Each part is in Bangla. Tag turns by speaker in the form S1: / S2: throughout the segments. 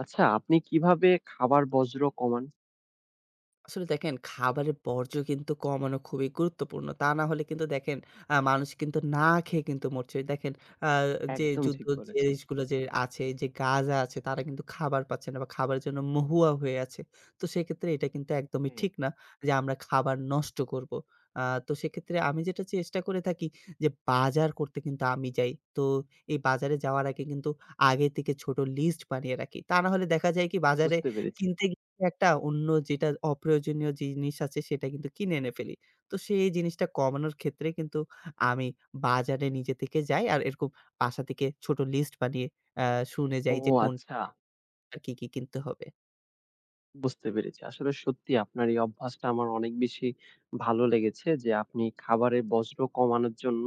S1: আচ্ছা, আপনি কিভাবে খাবার বর্জ্য কমান?
S2: আসলে দেখেন খাবারের বর্জ্য কিন্তু কমানো খুবই গুরুত্বপূর্ণ। তা না হলে কিন্তু দেখেন, মানুষ কিন্তু না খেয়ে কিন্তু মরছে। দেখেন, আ যে
S1: একদম
S2: যুদ্ধ
S1: ঠিক
S2: যে
S1: বলেছেন।
S2: দেশগুলো যে আছে, যে গাজা আছে তারা কিন্তু খাবার পাচ্ছে না বা খাবারের জন্য মহুয়া হয়ে আছে। তো সেক্ষেত্রে এটা কিন্তু একদমই
S1: হ্যাঁ,
S2: ঠিক না যে আমরা খাবার নষ্ট করব। আ তো সেক্ষেত্রে আমি যেটা চেষ্টা করে থাকি যে বাজার করতে কিন্তু আমি যাই। তো এই বাজারে যাওয়ার আগে কিন্তু আগে থেকে ছোট লিস্ট বানিয়ে রাখি। তা না হলে দেখা যায় কি বাজারে
S1: বুঝতে পেরেছি।
S2: কিনতে একটা অন্য যেটা অপ্রয়োজনীয় জিনিস আছে সেটা কিন্তু কিনে এনে ফেলি। তো সেই জিনিসটা কমানোর ক্ষেত্রে কিন্তু আমি বাজারে নিজে থেকে যাই আর এরকম বাসা থেকে ছোট লিস্ট বানিয়ে আ শুনে
S1: ও
S2: যাই যে কোন
S1: আচ্ছা।
S2: আর কি, কি কিনতে হবে।
S1: বুঝতে পেরেছি। আসলে সত্যি আপনার এই অভ্যাসটা আমার অনেক বেশি ভালো লেগেছে যে আপনি খাবারের বর্জ্য কমানোর জন্য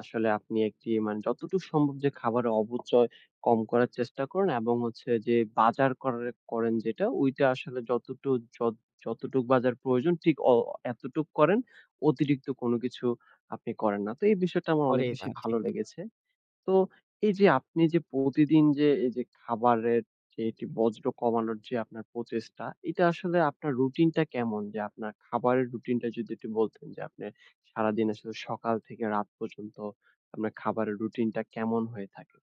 S1: আসলে আপনি একটি যতটুকু সম্ভব যে খাবারের অপচয় কম করার চেষ্টা করেন এবং হচ্ছে যে বাজার করার করেন যেটা ওইটা আসলে যত যতটুক বাজার প্রয়োজন ঠিক এতটুক করেন। অতিরিক্ত কোনো কিছু আপনি করেন না। তো এই বিষয়টা আমার অনেক বেশি ভালো লেগেছে। তো এই যে আপনি যে প্রতিদিন যে এই যে খাবারের যে এটি বর্জ্য কমানোর যে আপনার প্রচেষ্টা, এটা আসলে আপনার রুটিনটা কেমন? যে আপনার খাবারের রুটিনটা যদি একটু বলতেন যে আপনি সারাদিন আসলে সকাল থেকে রাত পর্যন্ত আপনার খাবারের রুটিনটা কেমন হয়ে থাকে?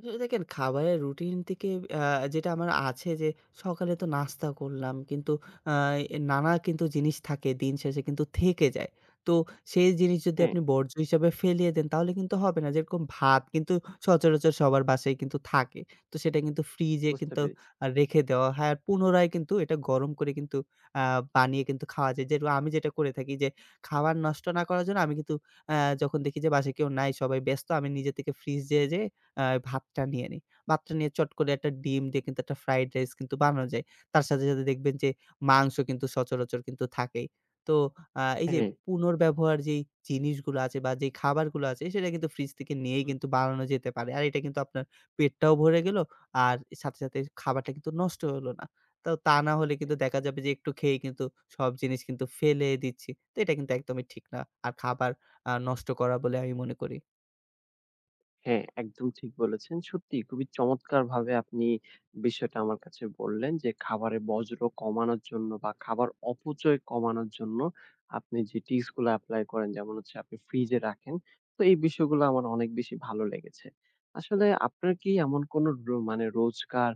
S2: আসলে দেখেন খাবারের রুটিন থেকে আ যেটা আমার আছে যে সকালে তো নাস্তা করলাম কিন্তু, আ এ নানা কিন্তু জিনিস থাকে দিন শেষে কিন্তু থেকে যায়। তো সেই জিনিস যদি
S1: হ্যাঁ,
S2: আপনি বর্জ্য হিসাবে ফেলিয়ে দেন তাহলে কিন্তু হবে না। যেরকম ভাত কিন্তু সচরাচর সবার বাসায় কিন্তু থাকে। তো সেটা কিন্তু ফ্রিজে
S1: বুঝতে
S2: কিন্তু
S1: পেরেছি।
S2: রেখে দেওয়া হয়। আর পুনরায় কিন্তু এটা গরম করে কিন্তু আ বানিয়ে কিন্তু খাওয়া যায়। যেরকম আমি যেটা করে থাকি যে খাবার নষ্ট না করার জন্য আমি কিন্তু আ যখন দেখি যে বাসায় কেউ নাই সবাই ব্যস্ত আমি নিজে থেকে ফ্রিজে যেয়ে আ ভাতটা নিয়ে নিই। ভাতটা নিয়ে চট করে একটা ডিম দিয়ে কিন্তু একটা ফ্রাইড রাইস কিন্তু বানানো যায়। তার সাথে, সাথে দেখবেন যে মাংস কিন্তু সচরাচর কিন্তু থাকেই। তো এই যে
S1: হ্যাঁ,
S2: পুনর্ব্যবহার যেই জিনিসগুলো আছে বা যেই খাবারগুলো আছে সেটা কিন্তু ফ্রিজ থেকে নিয়েই
S1: হুম,
S2: কিন্তু বানানো যেতে পারে। আর এটা কিন্তু আপনার পেটটাও ভরে গেল আর সাথে, সাথে খাবারটা কিন্তু নষ্ট হলো না। তো তা না হলে কিন্তু দেখা
S1: একদম।
S2: যাবে যে একটু খেয়েই কিন্তু সব জিনিস কিন্তু ফেলে দিচ্ছি। তো এটা কিন্তু একদমই ঠিক না। আর খাবার নষ্ট করা বলে আমি মনে করি।
S1: হ্যাঁ, একদম ঠিক বলেছেন। সত্যিই খুবই চমৎকারভাবে আপনি বিষয়টা আমার কাছে বললেন যে, খাবারের বর্জ্য কমানোর জন্য বা খাবার অপচয় কমানোর জন্য আপনি যে টিপস গুলা এপ্লাই করেন যেমন হচ্ছে আপনি ফ্রিজে রাখেন। তো এই বিষয়গুলো আমার অনেক বেশি ভালো লেগেছে। আসলে আপনার কি এমন কোন রো মানে রোজকার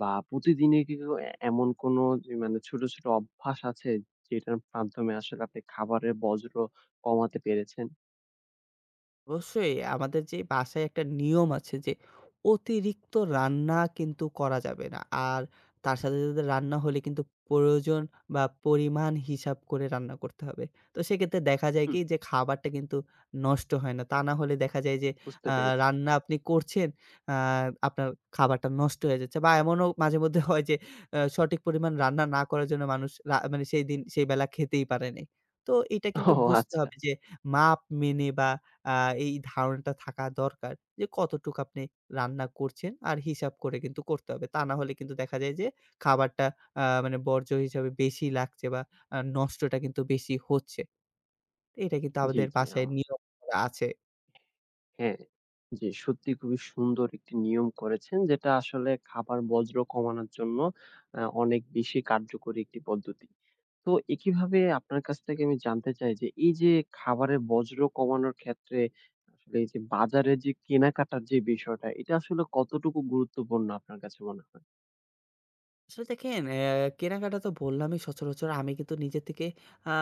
S1: বা প্রতিদিনের কি কোনো এমন কোনো যে মানে ছোট, ছোট অভ্যাস আছে যেটার মাধ্যমে আসলে আপনি খাবারের বর্জ্য কমাতে পেরেছেন?
S2: অবশ্যই আমাদের যে বাসায় একটা নিয়ম আছে যে অতিরিক্ত রান্না কিন্তু করা যাবে না। আর তার সাথে, সাথে রান্না হলে কিন্তু প্রয়োজন বা পরিমাণ হিসাব করে রান্না করতে হবে। তো সেক্ষেত্রে দেখা যায়
S1: হুম,
S2: কি যে খাবারটা কিন্তু নষ্ট হয় না। তা না হলে দেখা যায় যে
S1: বুঝতে
S2: আ
S1: পেরেছি।
S2: রান্না আপনি করছেন, আ আপনার খাবারটা নষ্ট হয়ে যাচ্ছে বা এমনও মাঝেমধ্যে হয় যে সঠিক পরিমাণ রান্না না করার জন্য মানুষ মানে সেই দিন সেই বেলা খেতেই পারে নাই। তো এটা
S1: ও
S2: কিন্তু বুঝতে
S1: আচ্ছা।
S2: হবে যে মাপ মেনে বা আ এই ধারণাটা থাকা দরকার যে কতটুকু আপনি রান্না করছেন আর হিসাব করে কিন্তু করতে হবে। তা না হলে কিন্তু দেখা যায় যে খাবারটা মানে বর্জ্য হিসাবে বেশি লাগছে বা নষ্টটা কিন্তু বেশি হচ্ছে। এটা কিন্তু
S1: জি,
S2: আমাদের
S1: জি।
S2: বাসায় নিয়ম করা আছে।
S1: হ্যাঁ, জি সত্যি খুবই সুন্দর একটি নিয়ম করেছেন যেটা আসলে খাবার বর্জ্য কমানোর জন্য অনেক বেশি কার্যকরী একটি পদ্ধতি। তো একইভাবে আপনার কাছ থেকে আমি জানতে চাই যে এই যে খাবারের বর্জ্য কমানোর ক্ষেত্রে আসলে এই যে বাজারে যে কেনাকাটার যে বিষয়টা এটা আসলে কতটুকু গুরুত্বপূর্ণ আপনার কাছে মনে হয়?
S2: আসলে দেখেন কেনাকাটা তো বললামই সচরাচর আমি কিন্তু নিজে থেকে আ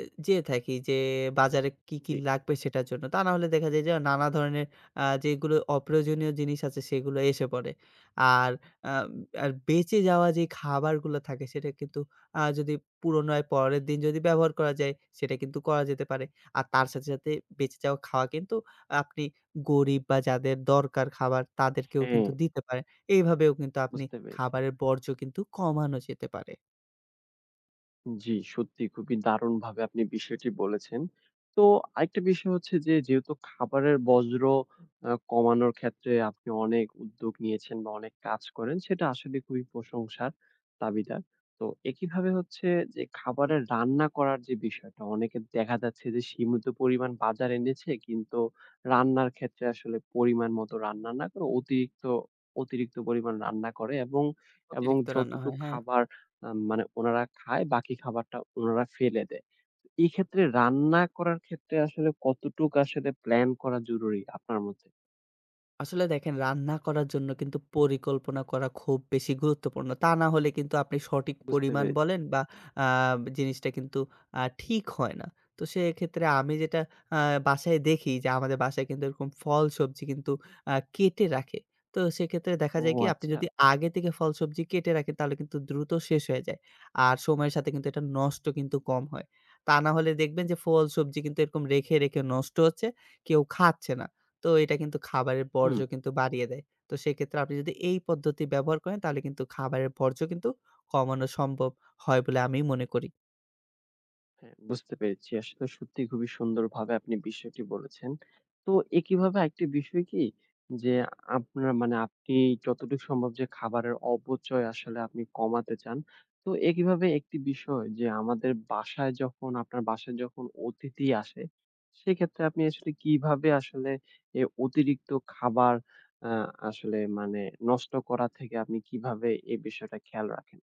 S2: এ যেয়ে থাকি যে বাজারে কি, কি
S1: জি,
S2: লাগবে সেটার জন্য। তা না হলে দেখা যায় যে নানা ধরনের যেগুলো অপ্রয়োজনীয় জিনিস আছে সেগুলো এসে পড়ে। আর আ আর বেঁচে যাওয়া যে খাবারগুলো থাকে সেটা কিন্তু যদি পুরনো হয় পরের দিন যদি ব্যবহার করা যায় সেটা কিন্তু করা যেতে পারে। আর তার সাথে, সাথে বেঁচে যাওয়া খাওয়া কিন্তু আপনি গরিব বা যাদের দরকার খাবার তাদেরকেও
S1: হ্যাঁ
S2: কিন্তু দিতে পারেন। এইভাবেও কিন্তু আপনি
S1: বুঝতে পেরেছি।
S2: খাবারের বর্জ্য কিন্তু কমানো যেতে পারে।
S1: জি, সত্যি খুবই দারুণভাবে আপনি বিষয়টি বলেছেন। তো আরেকটা বিষয় হচ্ছে যে যেহেতু খাবারের বর্জ্য কমানোর ক্ষেত্রে আপনি অনেক উদ্যোগ নিয়েছেন বা অনেক কাজ করেন সেটা আসলে খুবই প্রশংসার দাবিদার। তো একইভাবে হচ্ছে যে খাবারের রান্না করার যে বিষয়টা অনেকের দেখা যাচ্ছে যে সীমিত পরিমাণ বাজার এনেছে কিন্তু রান্নার ক্ষেত্রে আসলে পরিমাণ মতো রান্না না করে অতিরিক্ত, অতিরিক্ত পরিমাণ রান্না করে এবং
S2: অতিরিক্ত রান্না হয়,
S1: যতটুক
S2: হ্যাঁ।
S1: খাবার আ মানে উনারা খায়, বাকি খাবারটা উনারা ফেলে দেয়। তো এই ক্ষেত্রে রান্না করার ক্ষেত্রে আসলে কতটুক আসলে প্লান করা জরুরি আপনার মতে?
S2: আসলে দেখেন রান্না করার জন্য কিন্তু পরিকল্পনা করা খুব বেশি গুরুত্বপূর্ণ। তা না হলে কিন্তু আপনি সঠিক
S1: বুঝতে
S2: পরিমাণ
S1: পেরেছি।
S2: বলেন বা আ জিনিসটা কিন্তু ঠিক হয় না। তো সেক্ষেত্রে আমি যেটা আ বাসায় দেখি যে আমাদের বাসায় কিন্তু এরকম ফল সবজি কিন্তু কেটে রাখে। তো সেক্ষেত্রে দেখা
S1: ও
S2: যায় কি আপনি
S1: আচ্ছা।
S2: যদি আগে থেকে ফল সবজি কেটে রাখেন তাহলে কিন্তু দ্রুত শেষ হয়ে যায়। আর সময়ের সাথে কিন্তু এটা নষ্ট কিন্তু কম হয়। তা না হলে দেখবেন যে ফল সবজি কিন্তু এরকম রেখে, রেখে নষ্ট হচ্ছে, কেউ খাচ্ছে না। তো এটা কিন্তু খাবারের
S1: হুম।
S2: বর্জ্য কিন্তু বাড়িয়ে দেয়। তো সেক্ষেত্রে আপনি যদি এই পদ্ধতি ব্যবহার করেন তাহলে কিন্তু খাবারের বর্জ্য কিন্তু কমানো সম্ভব হয় বলে আমি মনে করি।
S1: হ্যাঁ, বুঝতে পেরেছি। আসলে সত্যি খুবই সুন্দরভাবে আপনি বিষয়টি বলেছেন। তো কিভাবে আরেকটি বিষয় কি যে আপনার মানে আপনি যতটুকু সম্ভব যে খাবারের অপচয় আসলে আপনি কমাতে চান। তো কিভাবে একটি বিষয় যে আমাদের বাসায় যখন আপনার বাসায় যখন অতিথি আসে, সেক্ষেত্রে আপনি আসলে কিভাবে আসলে অতিরিক্ত খাবার আ আসলে মানে নষ্ট করা থেকে আপনি কিভাবে এই বিষয়টা খেয়াল রাখেন?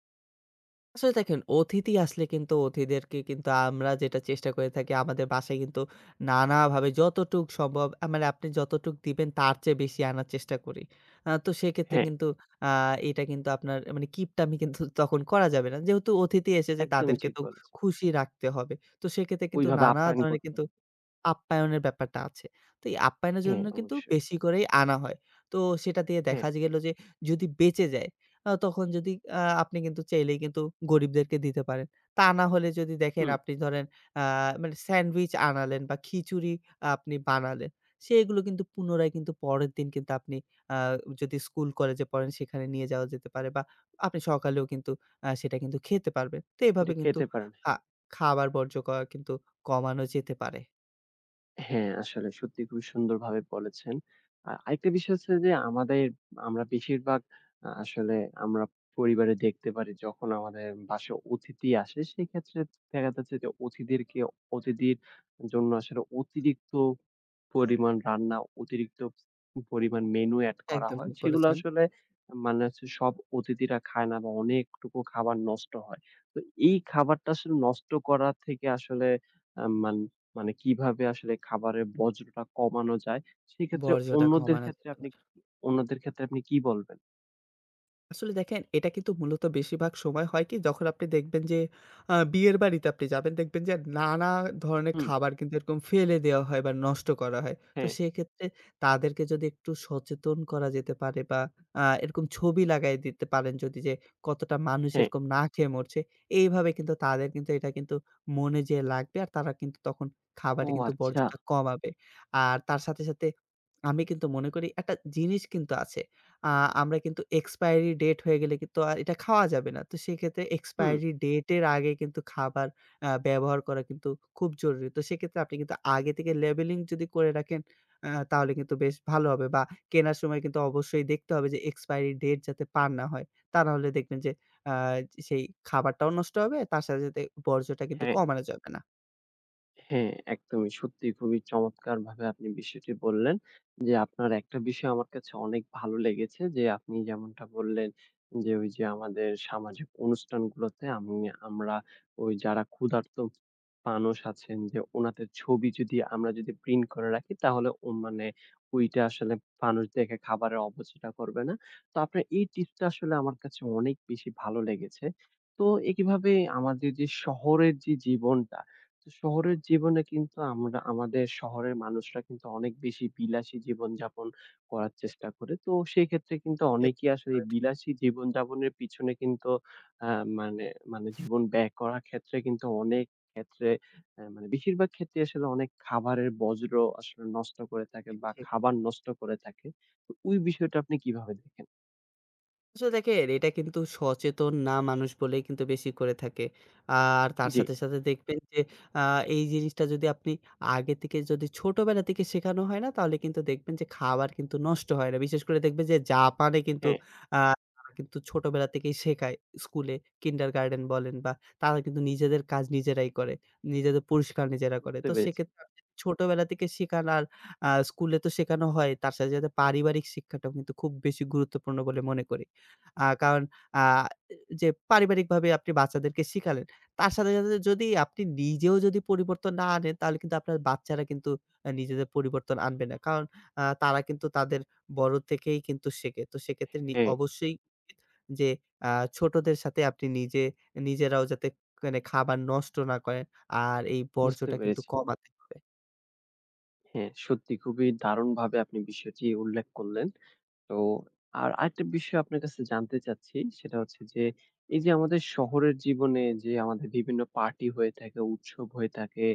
S2: আসলে দেখেন অতিথি আসলে কিন্তু অতিথিদেরকে কিন্তু আমরা যেটা চেষ্টা করে থাকি আমাদের বাসায় কিন্তু নানাভাবে যতটুক সম্ভব মানে আপনি যতটুক দিবেন তার চেয়ে বেশি আনার চেষ্টা করি। তো সেক্ষেত্রে
S1: হ্যাঁ,
S2: কিন্তু আ এটা কিন্তু আপনার মানে কিপটামি কিন্তু তখন করা যাবে না। যেহেতু অতিথি এসেছে
S1: একদমই
S2: তাদেরকে
S1: ঠিক
S2: তো
S1: বলেছেন।
S2: খুশি রাখতে হবে। তো সেক্ষেত্রে কিন্তু
S1: ওইভাবে
S2: নানা
S1: আপ্যায়ন
S2: ধরনের
S1: করতে
S2: কিন্তু
S1: হবে।
S2: আপ্যায়নের ব্যাপারটা আছে। তো এই আপ্যায়নের
S1: হ্যাঁ,
S2: জন্য কিন্তু
S1: অবশ্যই।
S2: বেশি করেই আনা হয়। তো সেটা দিয়ে
S1: হ্যাঁ,
S2: দেখা গেল যে যদি বেঁচে যায়, তখন যদি আপনি কিন্তু চাইলেই কিন্তু গরিবদেরকে দিতে পারেন। তা না হলে যদি দেখেন
S1: হুম,
S2: আপনি ধরেন আ মানে স্যান্ডউইচ আনালেন বা খিচুড়ি আপনি বানালেন। সেগুলো কিন্তু পুনরায় কিন্তু পরের দিন কিন্তু আপনি আ যদি স্কুল কলেজে পড়েন সেখানে নিয়ে যাওয়া যেতে পারে বা আপনি সকালেও কিন্তু সেটা কিন্তু খেতে পারবেন। তো এভাবে
S1: এটা
S2: কিন্তু
S1: খেতে পারেন।
S2: আ
S1: হ্যাঁ,
S2: খাবার বর্জ্য করা কিন্তু কমানো যেতে পারে।
S1: হ্যাঁ, আসলে সত্যি খুবই সুন্দরভাবে বলেছেন। আরেকটা বিষয় হচ্ছে যে আমাদের আমরা বেশিরভাগ আসলে আমরা পরিবারে দেখতে পারি যখন আমাদের বাসায় অতিথি আসে সেক্ষেত্রে দেখা যাচ্ছে যে অতিথিদেরকে অতিথির জন্য আসলে অতিরিক্ত পরিমাণ রান্না অতিরিক্ত পরিমাণ মেনু এড করা
S2: একদম
S1: হয়।
S2: ঠিক
S1: সেগুলো
S2: বলেছেন।
S1: আসলে মানে হচ্ছে সব অতিথিরা খায় না বা অনেকটুকু খাবার নষ্ট হয়। তো এই খাবারটা আসলে নষ্ট করা থেকে আসলে আ মান মানে কিভাবে আসলে খাবারের বর্জ্যটা কমানো যায়? সেক্ষেত্রে
S2: বর্জ্যটা
S1: অন্যদের
S2: কমানো
S1: ক্ষেত্রে
S2: যেতে
S1: আপনি কি- অন্যদের ক্ষেত্রে আপনি কি বলবেন?
S2: আসলে দেখেন এটা কিন্তু মূলত বেশিরভাগ সময় হয় কি যখন আপনি দেখবেন যে বিয়ের বাড়িতে আপনি যাবেন দেখবেন যে নানা ধরনের
S1: হুম,
S2: খাবার কিন্তু এরকম ফেলে দেওয়া হয় বা নষ্ট করা হয়। তো
S1: হ্যাঁ,
S2: সেক্ষেত্রে তাদেরকে যদি একটু সচেতন করা যেতে পারে বা এরকম ছবি লাগায় দিতে পারেন যদি যে কতটা মানুষ
S1: হ্যাঁ।
S2: এরকম না খেয়ে মরছে, এইভাবে কিন্তু তাদের কিন্তু এটা কিন্তু মনে যেয়ে লাগবে আর তারা কিন্তু তখন
S1: ও
S2: খাবারে কিন্তু
S1: আচ্ছা।
S2: বর্জ্যটা কমাবে। আর তার সাথে, সাথে আমি কিন্তু মনে করি একটা জিনিস কিন্তু আছে। আ আমরা কিন্তু expiry date হয়ে গেলে কিন্তু আর এটা খাওয়া যাবে না। তো সেক্ষেত্রে
S1: হুম,
S2: expiry date এর আগে কিন্তু খাবার ব্যবহার করা কিন্তু খুব জরুরি। তো সেক্ষেত্রে আপনি কিন্তু আগে থেকে লেবেলিং যদি করে রাখেন তাহলে কিন্তু বেশ ভালো হবে বা কেনার সময় কিন্তু অবশ্যই দেখতে হবে যে expiry date যাতে পার না হয়। তা না হলে দেখবেন যে আ সেই খাবারটাও নষ্ট হবে, তার সাথে, সাথে বর্জ্যটা কিন্তু
S1: হ্যাঁ।
S2: কমানো যাবে না।
S1: হ্যাঁ, একদমই সত্যি খুবই চমৎকারভাবে আপনি বিষয়টি বললেন যে, আপনার একটা বিষয় আমার কাছে অনেক ভালো লেগেছে যে, আপনি যেমনটা বললেন যে, ওই যে আমাদের সামাজিক অনুষ্ঠানগুলোতে আমরা ওই যারা ক্ষুধার্ত মানুষ আছেন যে, ওনাদের ছবি যদি আমরা যদি প্রিন্ট করে রাখি তাহলে ও মানে ওইটা আসলে মানুষ দেখে খাবারের অপচয়টা করবে না। তো আপনার এই টিপসটা আসলে আমার কাছে অনেক বেশি ভালো লেগেছে। তো কিভাবে আমাদের যে শহরের যে জীবনটা তো শহরের জীবনে কিন্তু আমরা আমাদের শহরের মানুষরা কিন্তু অনেক বেশি বিলাসী জীবনযাপন করার চেষ্টা করে। তো সেই ক্ষেত্রে কিন্তু
S2: এ
S1: অনেকেই আসলে এই
S2: ঠিক,
S1: বিলাসী জীবনযাপনের পিছনে কিন্তু আ মানে মানে জীবন ব্যয় করার ক্ষেত্রে কিন্তু অনেক ক্ষেত্রে মানে বেশিরভাগ ক্ষেত্রে আসলে অনেক খাবারের বর্জ্য আসলে নষ্ট করে থাকে বা
S2: ঠিক।
S1: খাবার নষ্ট করে থাকে। তো ওই বিষয়টা আপনি কিভাবে দেখেন?
S2: আসলে দেখেন এটা কিন্তু সচেতন না মানুষ বলেই কিন্তু বেশি করে থাকে। আর তার
S1: জি,
S2: সাথে, সাথে দেখবেন যে আ এই জিনিসটা যদি আপনি আগে থেকে যদি ছোটবেলা থেকে শেখানো হয় না তাহলে কিন্তু দেখবেন যে খাবার কিন্তু নষ্ট হয় না। বিশেষ করে দেখবেন যে জাপানে কিন্তু
S1: হ্যাঁ,
S2: আ তারা কিন্তু ছোটবেলা থেকেই শেখায় স্কুলে কিন্ডারগার্টেন বলেন বা তারা কিন্তু নিজেদের কাজ নিজেরাই করে। নিজেদের পরিষ্কার নিজেরা করে।
S1: বুঝতে
S2: তো
S1: পেরেছি।
S2: সেক্ষেত্রে আপনি ছোটবেলা থেকে শেখান আর স্কুলে তো শেখানো হয় তার সাথে, সাথে পারিবারিক শিক্ষাটাও কিন্তু খুব বেশি গুরুত্বপূর্ণ বলে মনে করি। কারণ আ যে পারিবারিকভাবে আপনি বাচ্চাদেরকে শিখালেন, তার সাথে, সাথে যদি আপনি নিজেও যদি পরিবর্তন না আনেন, তাহলে কিন্তু আপনার বাচ্চারা কিন্তু নিজেদের পরিবর্তন আনবে না। কারণ তারা কিন্তু তাদের বড় থেকেই কিন্তু শেখে। তো সেক্ষেত্রে
S1: হ্যাঁ,
S2: অবশ্যই যে আ ছোটদের সাথে আপনি নিজে নিজেরাও যাতে মানে খাবার নষ্ট না করেন, আর এই
S1: বুঝতে
S2: বর্জ্যটা কিন্তু
S1: পেরেছি।
S2: কমাতে হবে।
S1: হ্যাঁ, সত্যি খুবই দারুণভাবে আপনি বিষয়টি উল্লেখ করলেন। তো আরেকটা বিষয় আপনার কাছে জানতে চাচ্ছি সেটা হচ্ছে যে, এই যে আমাদের শহরের জীবনে যে আমাদের বিভিন্ন পার্টি হয়ে থাকে, উৎসব হয়ে থাকে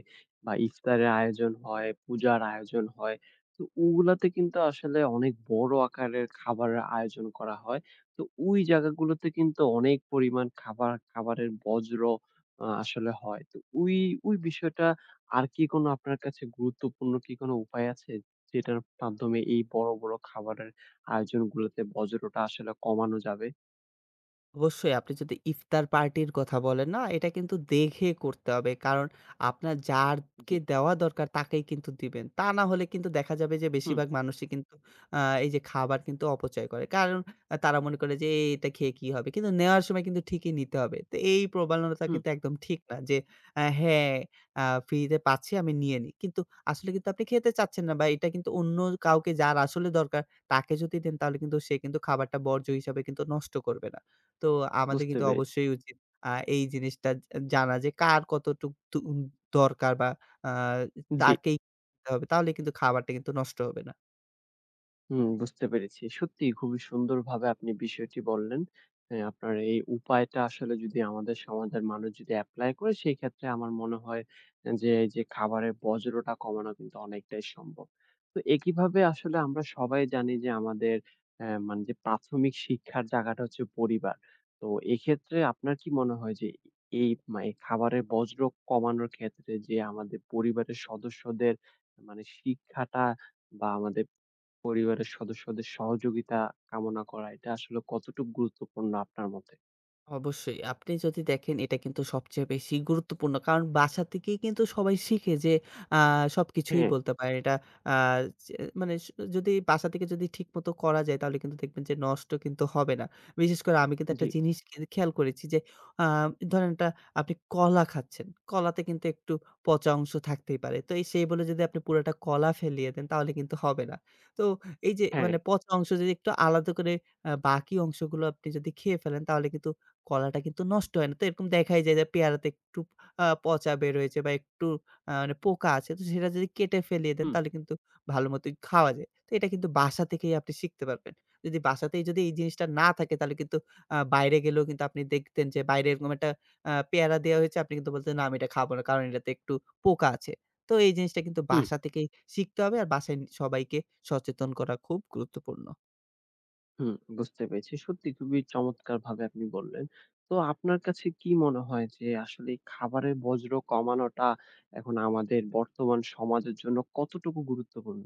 S1: বা ইফতারের আয়োজন হয়, পূজার আয়োজন হয়। তো ওগুলাতে কিন্তু আসলে অনেক বড় আকারের খাবারের আয়োজন করা হয়। তো ওই জায়গাগুলোতে কিন্তু অনেক পরিমাণ খাবার, খাবারের বজ্র আসলে হয়। তো ওই বিষয়টা আর কি কোনো আপনার কাছে গুরুত্বপূর্ণ কি কোনো উপায় আছে? যেটার মাধ্যমে এই বড়, বড় খাবারের আয়োজনগুলোতে বজ্রটা আসলে কমানো যাবে।
S2: অবশ্যই আপনি যদি ইফতার পার্টির কথা বলেন না, এটা কিন্তু দেখে করতে হবে। কারণ আপনার
S1: জি।
S2: যারকে দেওয়া দরকার তাকেই কিন্তু দিবেন। তা না হলে কিন্তু দেখা যাবে যে
S1: হুম,
S2: বেশিরভাগ মানুষই কিন্তু আ এই যে খাবার কিন্তু অপচয় করে। কারণ তারা মনে করে যে এটা খেয়ে কি হবে? কিন্তু নেওয়ার সময় কিন্তু ঠিকই নিতে হবে। তো এই প্রবণতা
S1: হুম
S2: কিন্তু একদম ঠিক না যে হ্যাঁ, ফ্রিতে পাচ্ছি আমি নিয়ে নিই। কিন্তু আসলে কিন্তু আপনি খেতে চাচ্ছেন না বা এটা কিন্তু অন্য কাউকে যার আসলে দরকার তাকে যদি দেন তাহলে কিন্তু সে কিন্তু খাবারটা বর্জ্য হিসাবে কিন্তু নষ্ট করবে না। তো আমাদের
S1: বুঝতে
S2: কিন্তু
S1: পেরেছি।
S2: অবশ্যই উচিত আ এই জিনিসটা জানা যে কার কতটুক দরকার বা আ
S1: জি।
S2: তাকেই দিতে হবে। তাহলে কিন্তু খাবারটা কিন্তু নষ্ট হবে না।
S1: হুম, বুঝতে পেরেছি। সত্যিই খুবই সুন্দরভাবে আপনি বিষয়টি বললেন। আপনার এই উপায়টা আসলে যদি আমাদের সমাজের মানুষ যদি এপ্লাই করে সেই ক্ষেত্রে আমার মনে হয় যে এই যে খাবারের বর্জ্যটা কমানো কিন্তু অনেকটাই সম্ভব। তো একইভাবে আসলে আমরা সবাই জানি যে আমাদের অ্যা মানে যে প্রাথমিক শিক্ষার জায়গাটা হচ্ছে পরিবার। তো এক্ষেত্রে আপনার কি মনে হয় যে এই খাবারের বর্জ্য কমানোর ক্ষেত্রে যে আমাদের পরিবারের সদস্যদের মানে শিক্ষাটা বা আমাদের পরিবারের সদস্যদের সহযোগিতা কামনা করা এটা আসলে কতটুকু গুরুত্বপূর্ণ আপনার মতে?
S2: অবশ্যই। আপনি যদি দেখেন এটা কিন্তু সবচেয়ে বেশি গুরুত্বপূর্ণ। কারণ বাসা থেকেই কিন্তু সবাই শিখে যে আ সবকিছুই
S1: হ্যাঁ,
S2: বলতে পারে এটা আ চে মানে স যদি বাসা থেকে যদি ঠিকমতো করা যায় তাহলে কিন্তু দেখবেন যে নষ্ট কিন্তু হবে না। বিশেষ করে আমি কিন্তু
S1: জি,
S2: একটা জিনিস খেয়াল করেছি যে আ ধরেন একটা আপনি কলা খাচ্ছেন। কলাতে কিন্তু একটু পচা অংশ থাকতেই পারে। তো এই সেই বলে যদি আপনি পুরাটা কলা ফেলিয়ে দেন তাহলে কিন্তু হবে না। তো এই যে
S1: হ্যাঁ।
S2: মানে পচা অংশ যদি একটু আলাদা করে বাকি অংশগুলো আপনি যদি খেয়ে ফেলেন তাহলে কিন্তু কলাটা কিন্তু নষ্ট হয় না। তো এরকম দেখাই যায় যে পেয়ারাতে একটু পচা বের হয়েছে বা একটু মানে পোকা আছে। তো সেটা যদি কেটে ফেলিয়ে দেন
S1: হুম,
S2: তাহলে কিন্তু ভালো মতোই খাওয়া যায়। তো এটা কিন্তু বাসা থেকেই আপনি শিখতে পারবেন। যদি বাসাতেই যদি এই জিনিসটা না থাকে তাহলে কিন্তু বাইরে গেলেও কিন্তু আপনি দেখতেন যে বাইরে এরকম একটা পেয়ারা দেয়া হয়েছে। আপনি কিন্তু বলতেন, "না আমি এটা খাবো না। কারণ এটাতে একটু পোকা আছে।" তো এই জিনিসটা কিন্তু
S1: হুম,
S2: বাসা থেকেই শিখতে হবে আর বাসায় সবাইকে সচেতন করা খুব গুরুত্বপূর্ণ।
S1: হুম, বুঝতে পেরেছি। সত্যি খুবই চমৎকারভাবে আপনি বললেন। তো আপনার কাছে কি মনে হয় যে আসলে এই খাবারের বর্জ্য কমানোটা এখন আমাদের বর্তমান সমাজের জন্য কতটুকু গুরুত্বপূর্ণ?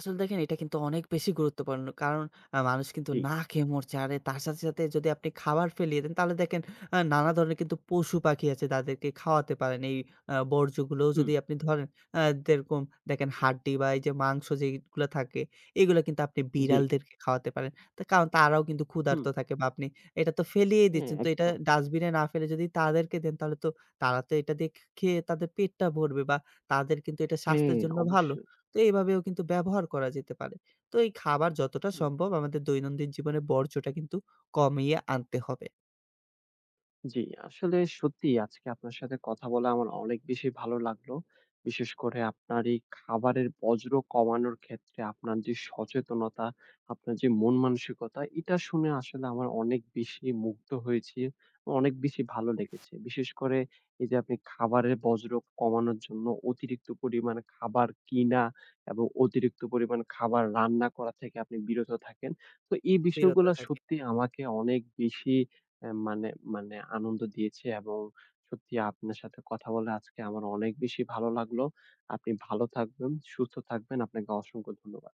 S2: আসলে দেখেন এটা কিন্তু অনেক বেশি গুরুত্বপূর্ণ। কারণ মানুষ কিন্তু
S1: জি।
S2: না খেয়ে মরছে। আর তার সাথে, সাথে যদি আপনি খাবার ফেলিয়ে দেন তাহলে দেখেন নানা ধরনের কিন্তু পশু-পাখি আছে তাদেরকে খাওয়াতে পারেন। এই বর্জ্যগুলোও
S1: হুম,
S2: যদি আপনি ধরেন আ যেরকম দেখেন হাড্ডি বা এই যে মাংস যেগুলো থাকে এগুলো কিন্তু আপনি
S1: জি,
S2: বিড়ালদেরকে খাওয়াতে পারেন। কারণ তারাও কিন্তু
S1: হুম,
S2: ক্ষুধার্ত থাকে বা আপনি এটা তো ফেলিয়েই
S1: হ্যাঁ,
S2: দিচ্ছেন। তো এটা
S1: একদম।
S2: ডাস্টবিনে না ফেলে যদি তাদেরকে দেন তাহলে তো তারা তো এটা দিয়ে খেয়ে তাদের পেটটা ভরবে বা তাদের কিন্তু এটা
S1: হ্যাঁ,
S2: স্বাস্থ্যের জন্য ভালো।
S1: অবশ্যই।
S2: তো এইভাবেও কিন্তু ব্যবহার করা যেতে পারে। তো এই খাবার যতটা
S1: হুম।
S2: সম্ভব আমাদের দৈনন্দিন জীবনে বর্জ্যটা কিন্তু কমিয়ে আনতে হবে।
S1: জি, আসলে সত্যি আজকে আপনার সাথে কথা বলে আমার অনেক বেশি ভালো লাগলো। বিশেষ করে আপনার এই খাবারের বর্জ্য কমানোর ক্ষেত্রে আপনার যে সচেতনতা, আপনার যে মন মানসিকতা এটা শুনে আসলে আমার অনেক বেশি মুগ্ধ হয়েছি। অনেক বেশি ভালো লেগেছে। বিশেষ করে এই যে আপনি খাবারের বর্জ্য কমানোর জন্য অতিরিক্ত পরিমাণ খাবার কিনা এবং অতিরিক্ত পরিমাণ খাবার রান্না করা থেকে আপনি বিরত থাকেন। তো এই
S2: বিরত
S1: বিষয়গুলা
S2: থাকি।
S1: সত্যি আমাকে অনেক বেশি অ্যা মানে মানে আনন্দ দিয়েছে এবং সত্যি আপনার সাথে কথা বলে আজকে আমার অনেক বেশি ভালো লাগলো। আপনি ভালো থাকবেন, সুস্থ থাকবেন। আপনাকে অসংখ্য ধন্যবাদ।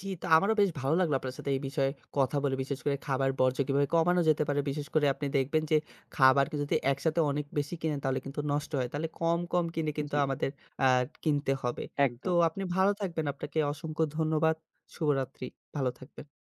S2: জি, তো আমারও বেশ ভালো লাগলো আপনার সাথে এই বিষয়ে কথা বলে। বিশেষ করে খাবার বর্জ্য কিভাবে কমানো যেতে পারে। বিশেষ করে আপনি দেখবেন যে খাবারকে যদি একসাথে অনেক বেশি কিনেন তাহলে কিন্তু নষ্ট হয়। তাহলে কম, কম কিনে কিন্তু
S1: জি,
S2: আমাদের আ কিনতে হবে। তো
S1: একদম।
S2: আপনি ভালো থাকবেন। আপনাকে অসংখ্য ধন্যবাদ। শুভরাত্রি। ভালো থাকবেন।